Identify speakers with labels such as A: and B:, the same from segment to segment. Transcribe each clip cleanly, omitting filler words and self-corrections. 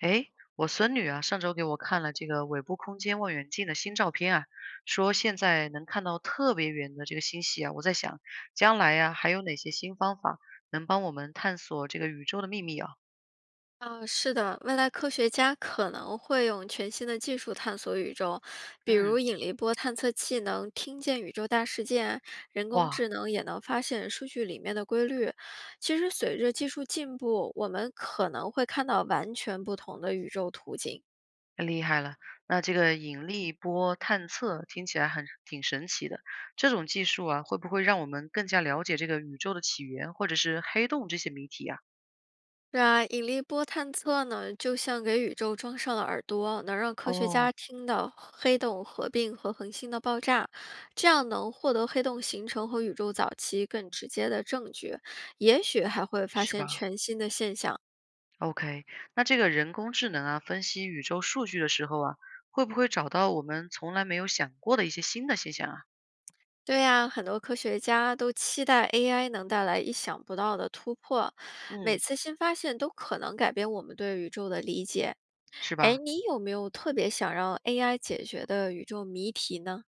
A: 诶，我孙女啊，上周给我看了这个尾部空间望远镜的新照片啊，说现在能看到特别远的这个星系啊。我在想，将来呀、还有哪些新方法能帮我们探索这个宇宙的秘密啊？
B: 啊，是的，未来科学家可能会用全新的技术探索宇宙，比
A: 嗯，
B: 如引力波探测器能听见宇宙大事件，人工
A: 哇，
B: 智能也能发现数据里面的规律。其实，随着技术进步，我们可能会看到完全不同的宇宙图景。
A: 太厉害了！那这个引力波探测听起来很挺神奇的，这种技术啊，会不会让我们更加了解这个宇宙的起源或者是黑洞这些谜题啊？
B: 对啊，引力波探测呢，就像给宇宙装上了耳朵，能让科学家
A: 哦，
B: 听到黑洞合并和恒星的爆炸，这样能获得黑洞形成和宇宙早期更直接的证据，也许还会发
A: 是
B: 现
A: 吧？
B: 全新的现象。
A: OK，那这个人工智能啊，分析宇宙数据的时候啊，会不会找到我们从来没有想过的一些新的现象啊？
B: 对呀，很多科学家都期待 AI 能带来意想不到的突破，每
A: 嗯，
B: 次新发现都可能改变我们对宇宙的理解。
A: 是
B: 哎，
A: 吧？
B: 你有没有特别想让 AI 解决的宇宙谜题呢？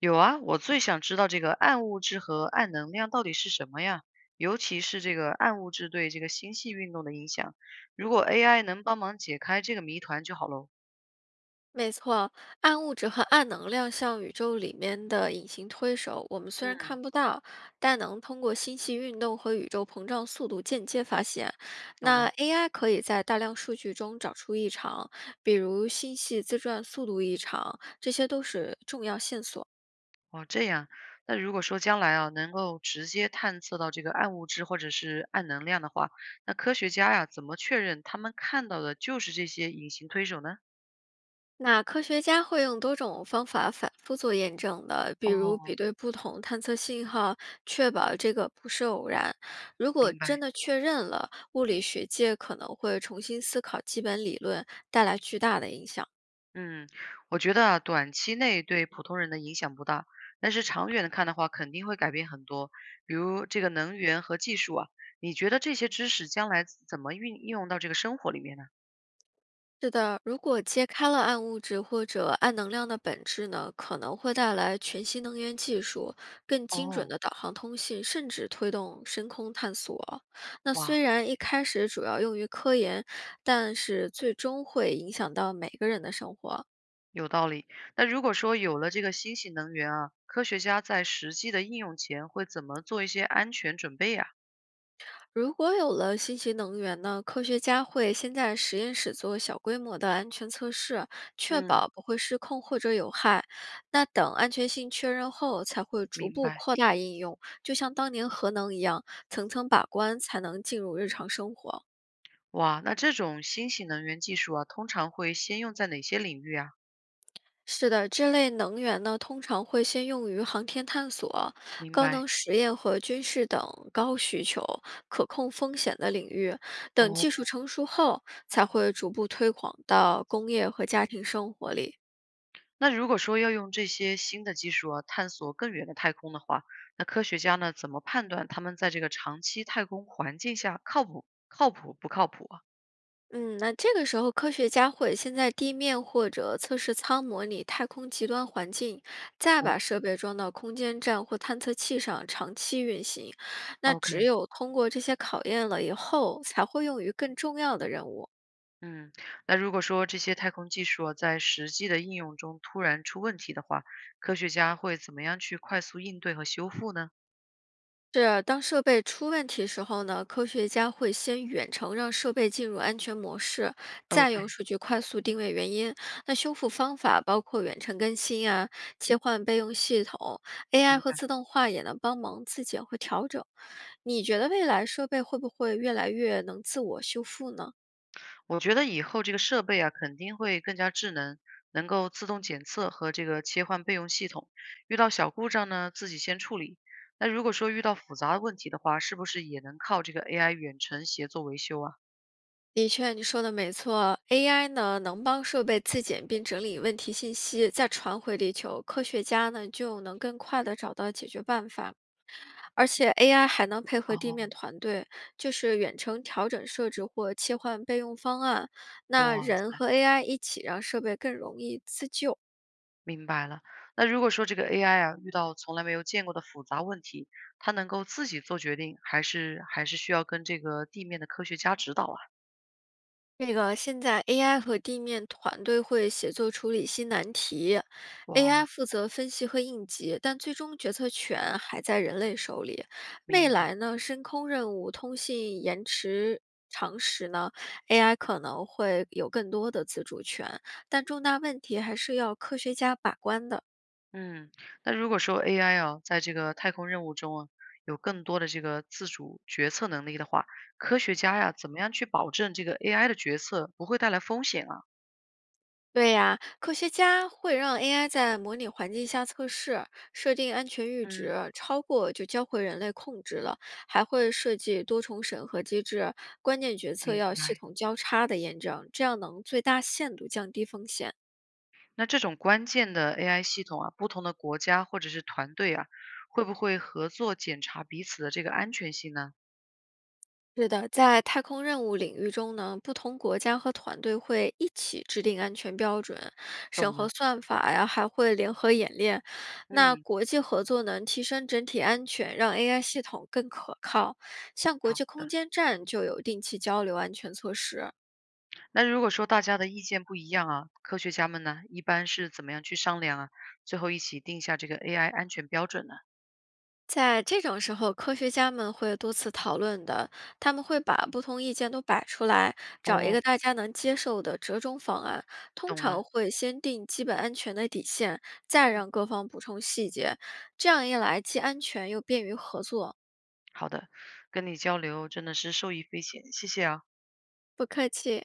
A: 有啊，我最想知道这个暗物质和暗能量到底是什么呀？尤其是这个暗物质对这个星系运动的影响。如果 AI 能帮忙解开这个谜团就好喽。
B: 没错，暗物质和暗能量像宇宙里面的隐形推手，我们虽
A: 嗯，
B: 然看不到，但能通过星系运动和宇宙膨胀速度间接发现。
A: 懂
B: 那
A: 了。
B: AI 可以在大量数据中找出异常，比如星系自转速度异常，这些都是重要线索。
A: 哦，这样。那如果说将来啊，能够直接探测到这个暗物质或者是暗能量的话，那科学家呀，怎么确认他们看到的就是这些隐形推手呢？
B: 那科学家会用多种方法反复做验证的，比如比
A: 哦，
B: 对不同探测信号，确保这个不是偶然。如果
A: 明
B: 真
A: 白。
B: 的确认了，物理学界可能会重新思考基本理论，带来巨大的影响。
A: 嗯，我觉得啊，短期内对普通人的影响不大，但是长远的看的话，肯定会改变很多。比如这个能源和技术啊，你觉得这些知识将来怎么运应用到这个生活里面呢？
B: 是的，如果揭开了暗物质或者暗能量的本质呢，可能会带来全新能源技术、更精准
A: 哦，
B: 的导航通信，甚至推动深空探索。那虽
A: 哇，
B: 然一开始主要用于科研，但是最终会影响到每个人的生活。
A: 有道理。那如果说有了这个新型能源啊，科学家在实际的应用前会怎么做一些安全准备呀？
B: 如果有了新型能源呢，科学家会先在实验室做小规模的安全测试，确
A: 嗯，
B: 保不会失控或者有害。那等安全性确认后，才会逐
A: 明
B: 步
A: 白。
B: 扩大应用，就像当年核能一样，层层把关才能进入日常生活。
A: 哇，那这种新型能源技术啊，通常会先用在哪些领域啊？
B: 是的，这类能源呢，通常会先用于航天探索、
A: 明
B: 高
A: 白。
B: 能实验和军事等高需求、可控风险的领域。等
A: 哦，
B: 技术成熟后，才会逐步推广到工业和家庭生活里。
A: 那如果说要用这些新的技术啊，探索更远的太空的话，那科学家呢，怎么判断他们在这个长期太空环境下靠谱、靠谱不靠谱啊？
B: 嗯，那这个时候，科学家会先在地面或者测试舱模拟太空极端环境，再
A: 哦
B: 把设备装到空间站或探测器上长期运行。那只
A: ，OK。
B: 有通过这些考验了以后，才会用于更重要的任务。
A: 嗯，那如果说这些太空技术啊在实际的应用中突然出问题的话，科学家会怎么样去快速应对和修复呢
B: 是啊，当设备出问题时候呢，科学家会先远程让设备进入安全模式，再用
A: ？OK，
B: 数据快速定位原因。那修复方法包括远程更新啊，切换备用系统，AI
A: 明
B: 和
A: 白。
B: 自动化也能帮忙自检和调整。你觉得未来设备会不会越来越能自我修复呢？
A: 我觉得以后这个设备啊肯定会更加智能，能够自动检测和这个切换备用系统，遇到小故障呢自己先处理。那如果说遇到复杂的问题的话，是不是也能靠这个 AI 远程协作维修啊？
B: 的确，你说的没错，AI 呢能帮设备自检并整理问题信息，再传回地球，科学家呢就能更快地找到解决办法。而且 AI 还能配合地面
A: 哦，
B: 团队，就是远程调整设置或切换备用方案。那
A: 哇塞！
B: 人和 AI 一起让设备更容易自救。
A: 明白了。那如果说这个 AI 啊，遇到从来没有见过的复杂问题，它能够自己做决定，还是需要跟这个地面的科学家指导啊？
B: 这个现在 AI 和地面团队会协作处理新难题，AI
A: 哇，
B: 负责分析和应急，但最终决策权还在人类手里。未
A: 明白。
B: 来呢，深空任务、通信延迟常识呢，AI 可能会有更多的自主权，但重大问题还是要科学家把关的。
A: 嗯，那如果说 AI 啊，在这个太空任务中啊，有更多的这个自主决策能力的话，科学家呀，怎么样去保证这个 AI 的决策不会带来风险啊？
B: 对呀，科学家会让 AI 在模拟环境下测试，设定安全阈
A: 嗯，
B: 值，超过就交回人类控制了，还会设计多重审核机制，关键决策
A: 明
B: 要系
A: 白。
B: 统交叉的验证，这样能最大限度降低风险。
A: 那这种关键的 AI 系统啊，不同的国家或者是团队啊，会不会合作检查彼此的这个安全性呢？
B: 是的，在太空任务领域中呢，不同国家和团队会一起制定安全标准、审
A: 懂
B: 核
A: 了，
B: 算法呀，还会联合演练。那
A: 嗯，
B: 国际合作能提升整体安全，让 AI 系统更可靠。像国
A: 好
B: 际空
A: 的。
B: 间站就有定期交流安全措施。
A: 那如果说大家的意见不一样啊，科学家们呢，一般是怎么样去商量啊？最后一起定下这个 AI 安全标准呢？
B: 在这种时候，科学家们会多次讨论的，他们会把不同意见都摆出来，找一
A: 哦，
B: 个大家能接受的折中方案。通
A: 懂了，
B: 常会先定基本安全的底线，再让各方补充细节。这样一来，既安全又便于合作。
A: 好的，跟你交流真的是受益匪浅，谢谢啊。
B: 不客气。